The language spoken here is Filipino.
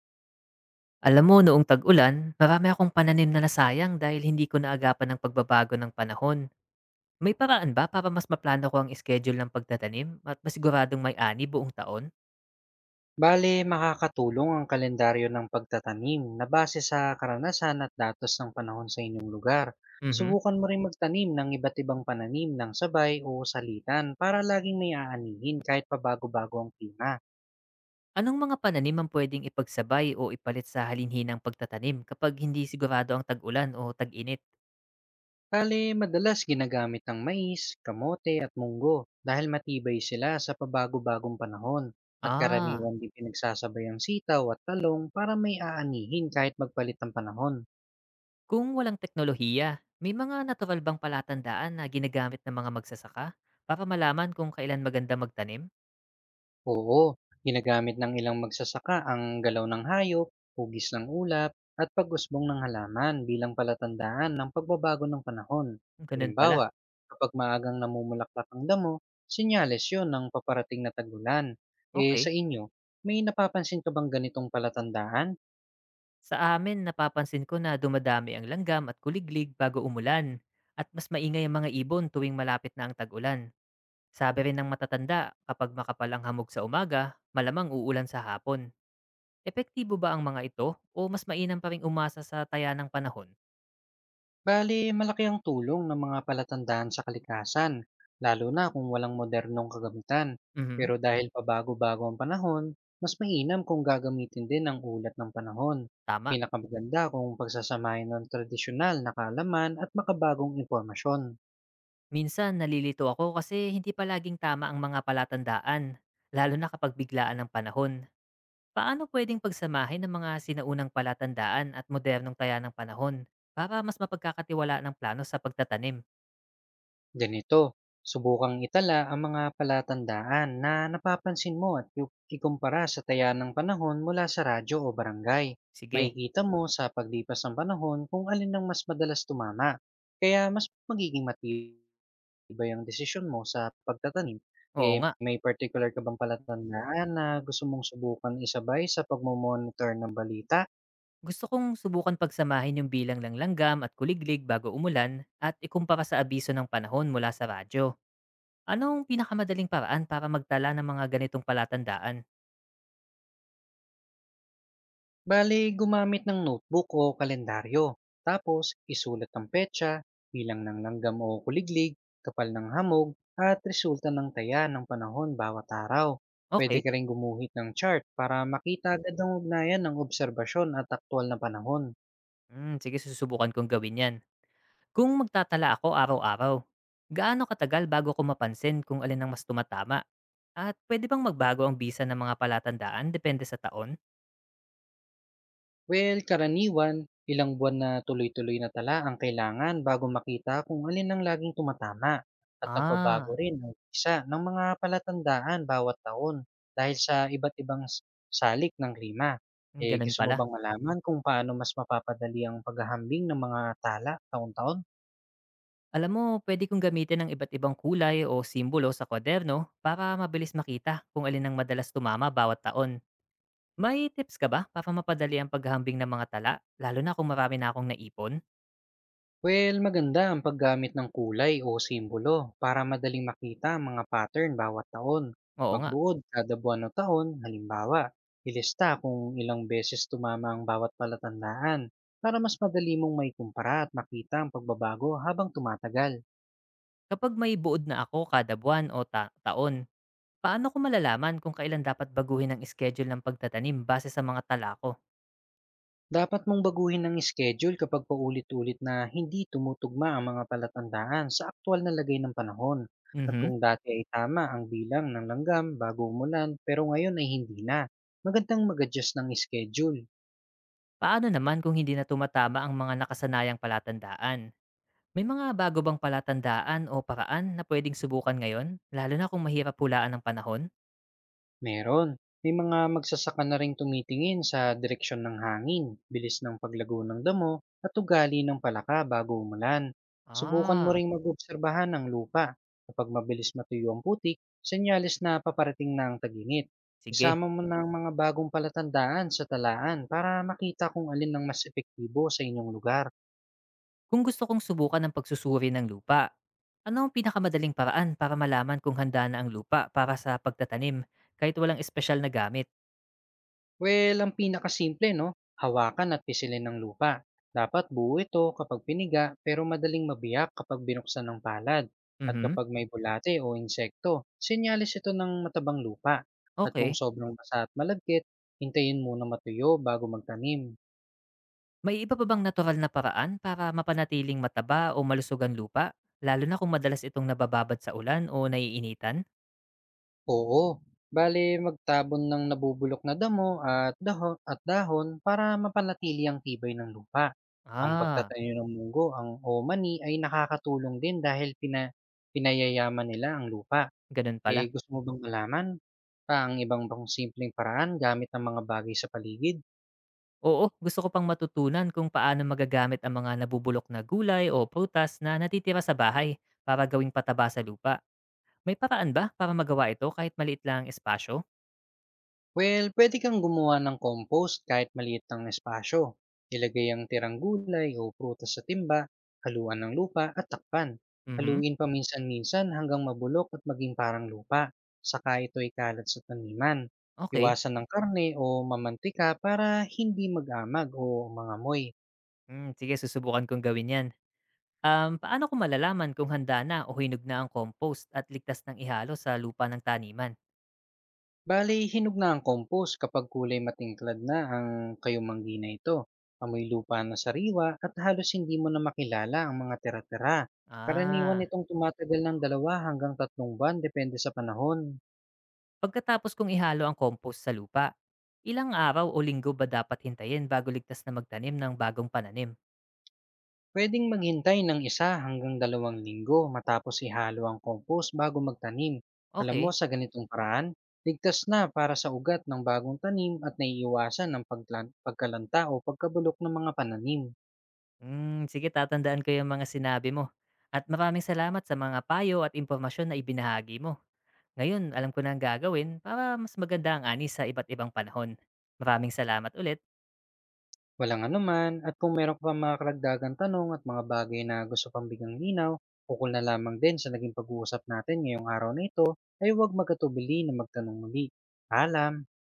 Alam mo, noong tag-ulan, marami akong pananim na nasayang dahil hindi ko naagapan ang pagbabago ng panahon. May paraan ba para mas maplano ko ang schedule ng pagtatanim at masiguradong may ani buong taon? Bale, makakatulong ang kalendaryo ng pagtatanim na base sa karanasan at datos ng panahon sa inyong lugar. Mhm. Subukan mo rin magtanim ng iba't ibang pananim ng sabay o salitan para laging may aanihin kahit pabago-bago ang klima. Anong mga pananim ang pwedeng ipagsabay o ipalit sa halinhinang pagtatanim kapag hindi sigurado ang tag-ulan o tag-init? Bale, madalas ginagamit ang mais, kamote at munggo dahil matibay sila sa pabago-bagong panahon at Ah, karaniwan din pinagsasabay ang sitaw at talong para may aanihin kahit magpalit ang panahon. kung walang teknolohiya, may mga natural bang palatandaan na ginagamit ng mga magsasaka para malaman kung kailan maganda magtanim? Oo, ginagamit ng ilang magsasaka ang galaw ng hayop, hugis ng ulap, at pagusbong ng halaman bilang palatandaan ng pagbabago ng panahon. Ganun pala. Halimbawa, kapag maagang namumulaklak ang damo, sinyales yon ng paparating na tagulan. Eh Okay. sa inyo, may napapansin ka bang ganitong palatandaan? Sa amin, napapansin ko na dumadami ang langgam at kuliglig bago umulan at mas maingay ang mga ibon tuwing malapit na ang tag-ulan. Sabi rin ng matatanda, kapag makapal ang hamog sa umaga, malamang uulan sa hapon. Epektibo ba ang mga ito o mas mainam pa rin umasa sa taya ng panahon? Bali, malaki ang tulong ng mga palatandaan sa kalikasan, lalo na kung walang modernong kagamitan. Mhm, Pero dahil pabago-bago ang panahon, mas mainam kung gagamitin din ang ulat ng panahon. tama. Pinakamaganda kung pagsasamahin ng tradisyonal na kaalaman at makabagong impormasyon. Minsan nalilito ako kasi hindi palaging tama ang mga palatandaan, lalo na kapag biglaan ng panahon. Paano puwedeng pagsamahin ng mga sinaunang palatandaan at modernong taya ng panahon para mas mapagkakatiwalaan ng plano sa pagtatanim? Ganito, subukang itala ang mga palatandaan na napapansin mo at ikumpara sa taya ng panahon mula sa radyo o barangay. Sige, Makikita mo sa paglipas ng panahon kung alin ang mas madalas tumama. Kaya mas magiging matibay ang desisyon mo sa pagtatanim. oo Eh, nga. may particular ka bang palatandaan na gusto mong subukan isabay sa pagmumonitor ng balita? Gusto kong subukan pagsamahin yung bilang ng langgam at kuliglig bago umulan at ikumpara sa abiso ng panahon mula sa radyo. Anong pinakamadaling paraan para magtala ng mga ganitong palatandaan? Bale, gumamit ng notebook o kalendaryo. Tapos, isulat ang petsa, bilang ng langgam o kuliglig, kapal ng hamog, at resulta ng taya ng panahon bawat araw. Pwede Okay. ka rin gumuhit ng chart para makita agad ang ugnayan ng obserbasyon at aktwal na panahon. Hmm, sige, susubukan kong gawin yan. Kung magtatala ako araw-araw, gaano katagal bago ko mapansin kung alin ang mas tumatama? At pwede bang magbago ang bisa ng mga palatandaan depende sa taon? Well, karaniwan, ilang buwan na tuloy-tuloy na tala ang kailangan bago makita kung alin ang laging tumatama at nagbabago Ah, rin ang isa ng mga palatandaan bawat taon dahil sa iba't ibang salik ng klima. Eh, ganun gusto mo pala. bang malaman kung paano mas mapapadali ang paghahambing ng mga tala taon-taon? Alam mo, pwede kong gamitin ng iba't ibang kulay o simbolo sa kwaderno para mabilis makita kung alin ang madalas tumama bawat taon. May tips ka ba para mapadali ang paghahambing ng mga tala, lalo na kung marami na akong naipon? Well, maganda ang paggamit ng kulay o simbolo para madaling makita ang mga pattern bawat taon. Oo nga, Magbuod kada buwan o taon, halimbawa, ilista kung ilang beses tumama ang bawat palatandaan para mas madali mong maikumpara at makita ang pagbabago habang tumatagal. kapag may buod na ako kada buwan o taon, paano ko malalaman kung kailan dapat baguhin ang schedule ng pagtatanim base sa mga tala ko? Dapat mong baguhin ang schedule kapag paulit-ulit na hindi tumutugma ang mga palatandaan sa aktual na lagay ng panahon. At Mhm. kung dati ay tama ang bilang ng langgam bago umulan pero ngayon ay hindi na, magandang mag-adjust ng schedule. Paano naman kung hindi na tumatama ang mga nakasanayang palatandaan? May mga bago bang palatandaan o paraan na pwedeng subukan ngayon, lalo na kung mahirap hulaan ng panahon? Meron. May mga magsasaka na ring tumitingin sa direksyon ng hangin, bilis ng paglago ng damo, at ugali ng palaka bago umulan. Subukan mo Ah, ring mag-obserbahan ng lupa. Kapag mabilis matuyo ang putik, senyales na paparating na ang taginit. sige. Isama mo na ang mga bagong palatandaan sa talaan para makita kung alin ang mas epektibo sa inyong lugar. Kung gusto kong subukan ang pagsusuri ng lupa, ano ang pinakamadaling paraan para malaman kung handa na ang lupa para sa pagtatanim kahit walang espesyal na gamit? Well, ang pinakasimple, no? Hawakan at pisilin ng lupa. Dapat buo ito kapag piniga pero madaling mabiyak kapag binuksan ng palad. At Mhm. kapag may bulate o insekto, sinyalis ito ng matabang lupa. At kung Okay. sobrang basa at malagkit, hintayin muna matuyo bago magtanim. May iba pa bang natural na paraan para mapanatiling mataba o malusog ang lupa? Lalo na kung madalas itong nabababad sa ulan o naiinitan? Oo. Bale, magtabon ng nabubulok na damo at dahon para mapanatili ang tibay ng lupa. Ang Ah, pagtatayo ng munggo ang o mani ay nakakatulong din dahil pinayayaman nila ang lupa. ganun Eh, pala. gusto mo bang malaman pa ang ibang pang simpleng paraan gamit ang mga bagay sa paligid? Oo, gusto ko pang matutunan kung paano magagamit ang mga nabubulok na gulay o prutas na natitira sa bahay para gawing pataba sa lupa. May paraan ba para magawa ito kahit maliit lang ang espasyo? Well, pwede kang gumawa ng compost kahit maliit ang espasyo. Ilagay ang tirang gulay o prutas sa timba, haluan ng lupa at takpan. Mhm. Haluin paminsan-minsan hanggang mabulok at maging parang lupa. Saka ito ikalat sa taniman. Okay. Iwasan ng karne o mamantika para hindi mag-amag o mangamoy. Mm, sige, susubukan kong gawin 'yan. Paano ko malalaman kung handa na o hinog na ang compost at ligtas ng ihalo sa lupa ng taniman? Bale, hinog na ang compost kapag kulay matingklad na ang kayumanggi na ito. Amoy lupa na sariwa at halos hindi mo na makilala ang mga tira-tira. Ah, Karaniwan itong tumatagal ng 2 hanggang 3 buwan depende sa panahon. pagkatapos kong ihalo ang compost sa lupa, ilang araw o linggo ba dapat hintayin bago ligtas na magtanim ng bagong pananim? Pwedeng maghintay ng 1 hanggang 2 linggo matapos ihalo ang compost bago magtanim. Alam mo, Okay. sa ganitong paraan, ligtas na para sa ugat ng bagong tanim at naiiwasan ng pagkalanta o pagkabulok ng mga pananim. Hmm, sige, tatandaan ko yung mga sinabi mo. At maraming salamat sa mga payo at impormasyon na ibinahagi mo. Ngayon, alam ko na ang gagawin para mas maganda ang ani sa iba't ibang panahon. Maraming salamat ulit. Walang anuman at kung meron ka pang mga karagdagang tanong at mga bagay na gusto pang bigang linaw, ukol na lamang din sa naging pag-uusap natin ngayong araw na ito ay huwag magkatubili na magtanong muli. Paalam!